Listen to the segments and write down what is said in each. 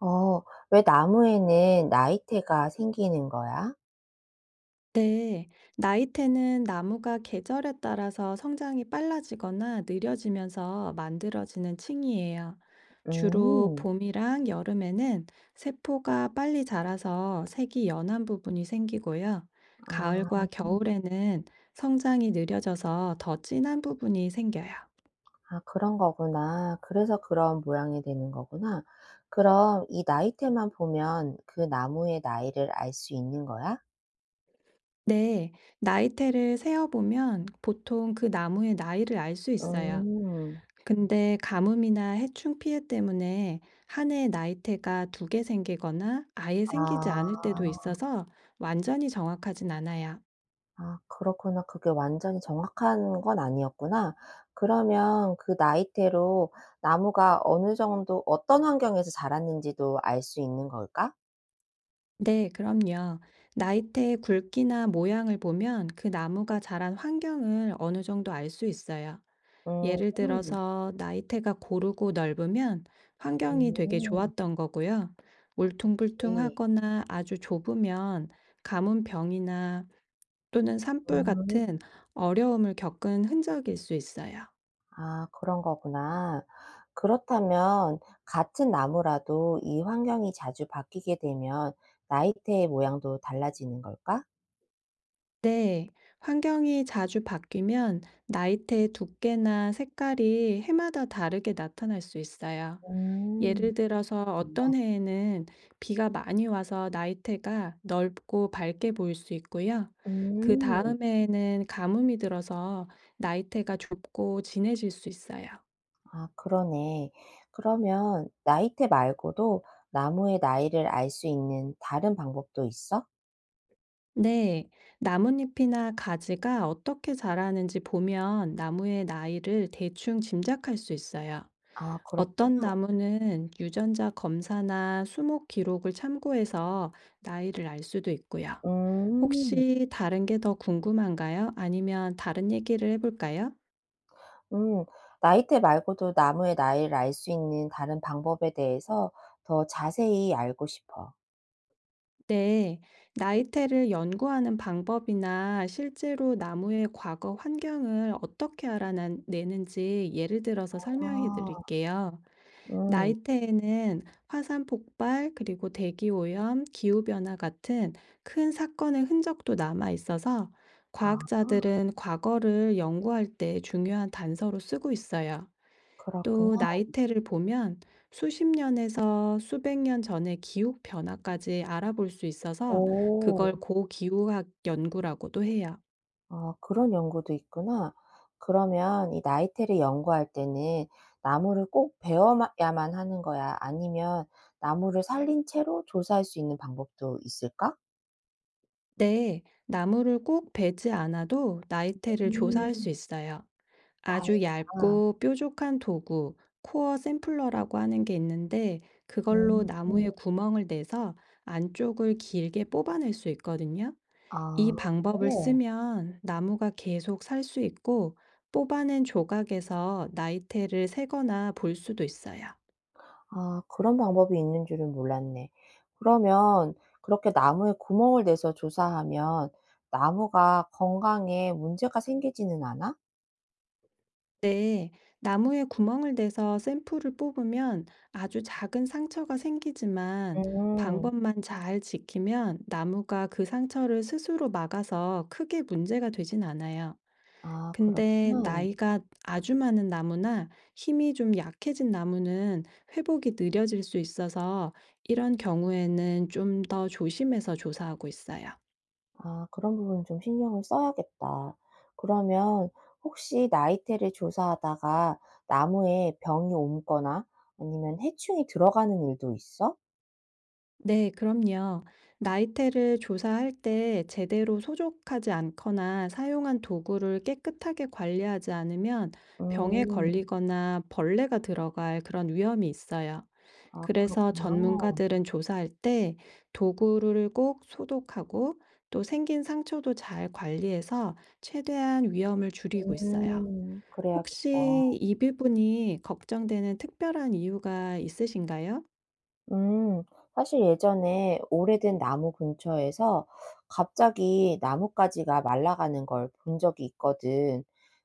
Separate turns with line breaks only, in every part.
어. 왜 나무에는 나이테가 생기는 거야?
네, 나이테는 나무가 계절에 따라서 성장이 빨라지거나 느려지면서 만들어지는 층이에요. 주로
음.
봄이랑 여름에는 세포가 빨리 자라서 색이 연한 부분이 생기고요.
아.
가을과 겨울에는 성장이 느려져서 더 진한 부분이 생겨요.
아, 그런 거구나. 그래서 그런 모양이 되는 거구나. 그럼 이 나이테만 보면 그 나무의 나이를 알 수 있는 거야?
네, 나이테를 세어보면 보통 그 나무의 나이를 알 수 있어요.
음.
근데 가뭄이나 해충 피해 때문에 한 해에 나이테가 두 개 생기거나 아예 생기지
아.
않을 때도 있어서 완전히 정확하진 않아요.
아, 그렇구나. 그게 완전히 정확한 건 아니었구나. 그러면 그 나이테로 나무가 어느 정도 어떤 환경에서 자랐는지도 알 수 있는 걸까?
네, 그럼요. 나이테의 굵기나 모양을 보면 그 나무가 자란 환경을 어느 정도 알 수 있어요.
음.
예를 들어서 나이테가 고르고 넓으면 환경이 되게
음.
좋았던 거고요.
그치.
울퉁불퉁하거나 아주 좁으면 가뭄병이나 또는 산불
음.
같은 어려움을 겪은 흔적일 수 있어요.
아, 그런 거구나. 그렇다면 같은 나무라도 이 환경이 자주 바뀌게 되면 나이테의 모양도 달라지는 걸까?
네, 환경이 자주 바뀌면 나이테의 두께나 색깔이 해마다 다르게 나타날 수 있어요.
음.
예를 들어서 어떤 해에는 비가 많이 와서 나이테가 넓고 밝게 보일 수 있고요. 그
음.
다음 해에는 가뭄이 들어서 나이테가 좁고 진해질 수 있어요.
아, 그러네. 그러면 나이테 말고도 나무의 나이를 알 수 있는 다른 방법도 있어?
네, 나뭇잎이나 가지가 어떻게 자라는지 보면 나무의 나이를 대충 짐작할 수 있어요.
아,
어떤
그렇구나.
나무는 유전자 검사나 수목 기록을 참고해서 나이를 알 수도 있고요.
음.
혹시 다른 게 더 궁금한가요? 아니면 다른 얘기를 해볼까요?
음, 나이대 말고도 나무의 나이를 알 수 있는 다른 방법에 대해서 더 자세히 알고 싶어.
네, 나이테를 연구하는 방법이나 실제로 나무의 과거 환경을 어떻게 알아내는지 예를 들어서 설명해
아.
드릴게요.
음,
나이테에는 화산 폭발, 그리고 대기 오염, 기후 변화 같은 큰 사건의 흔적도 남아 있어서
아,
과학자들은 과거를 연구할 때 중요한 단서로 쓰고 있어요.
그렇구나.
또 나이테를 보면 수십 년에서 수백 년 전의 기후 변화까지 알아볼 수 있어서 그걸
오.
고기후학 연구라고도 해요.
아, 그런 연구도 있구나. 그러면 이 나이테를 연구할 때는 나무를 꼭 베어야만 하는 거야? 아니면 나무를 살린 채로 조사할 수 있는 방법도 있을까?
네, 나무를 꼭 베지 않아도 나이테를
음.
조사할 수 있어요. 아주
다행이다.
얇고 뾰족한 도구, 코어 샘플러라고 하는 게 있는데 그걸로
음.
나무에 구멍을 내서 안쪽을 길게 뽑아낼 수 있거든요. 이
아.
방법을
그래?
쓰면 나무가 계속 살 수 있고 뽑아낸 조각에서 나이테를 세거나 볼 수도 있어요.
아, 그런 방법이 있는 줄은 몰랐네. 그러면 그렇게 나무에 구멍을 내서 조사하면 나무가 건강에 문제가 생기지는 않아?
네, 나무에 구멍을 내서 샘플을 뽑으면 아주 작은 상처가 생기지만
음.
방법만 잘 지키면 나무가 그 상처를 스스로 막아서 크게 문제가 되진 않아요.
아,
근데
그렇구나.
나이가 아주 많은 나무나 힘이 좀 약해진 나무는 회복이 느려질 수 있어서 이런 경우에는 좀 더 조심해서 조사하고 있어요.
아, 그런 부분 좀 신경을 써야겠다. 그러면 혹시 나이테를 조사하다가 나무에 병이 옮거나 아니면 해충이 들어가는 일도 있어?
네, 그럼요. 나이테를 조사할 때 제대로 소독하지 않거나 사용한 도구를 깨끗하게 관리하지 않으면 병에
음.
걸리거나 벌레가 들어갈 그런 위험이 있어요.
아,
그래서
그렇구나.
전문가들은 조사할 때 도구를 꼭 소독하고 또 생긴 상처도 잘 관리해서 최대한 위험을 줄이고 있어요.
음. 그래야겠다.
혹시 이 부분이 걱정되는 특별한 이유가 있으신가요?
음, 사실 예전에 오래된 나무 근처에서 갑자기 나뭇가지가 말라가는 걸 본 적이 있거든.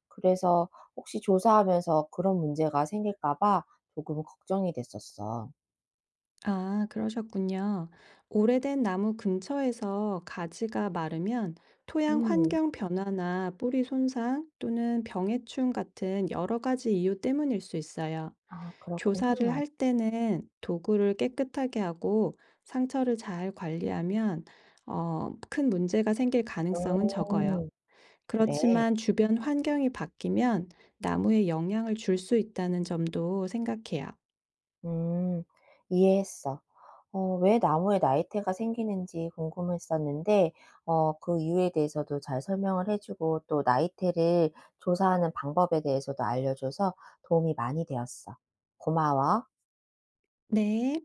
그래서 혹시 조사하면서 그런 문제가 생길까 봐 조금 걱정이 됐었어.
아, 그러셨군요. 오래된 나무 근처에서 가지가 마르면 토양
음,
환경 변화나 뿌리 손상 또는 병해충 같은 여러 가지 이유 때문일 수 있어요.
아, 그렇구나.
조사를 할 때는 도구를 깨끗하게 하고 상처를 잘 관리하면 큰 문제가 생길 가능성은 적어요.
음. 그래.
그렇지만 주변 환경이 바뀌면 나무에 영향을 줄 수 있다는 점도 생각해요.
음. 이해했어. 왜 나무에 나이테가 생기는지 궁금했었는데, 그 이유에 대해서도 잘 설명을 해주고, 또 나이테를 조사하는 방법에 대해서도 알려줘서 도움이 많이 되었어. 고마워.
네.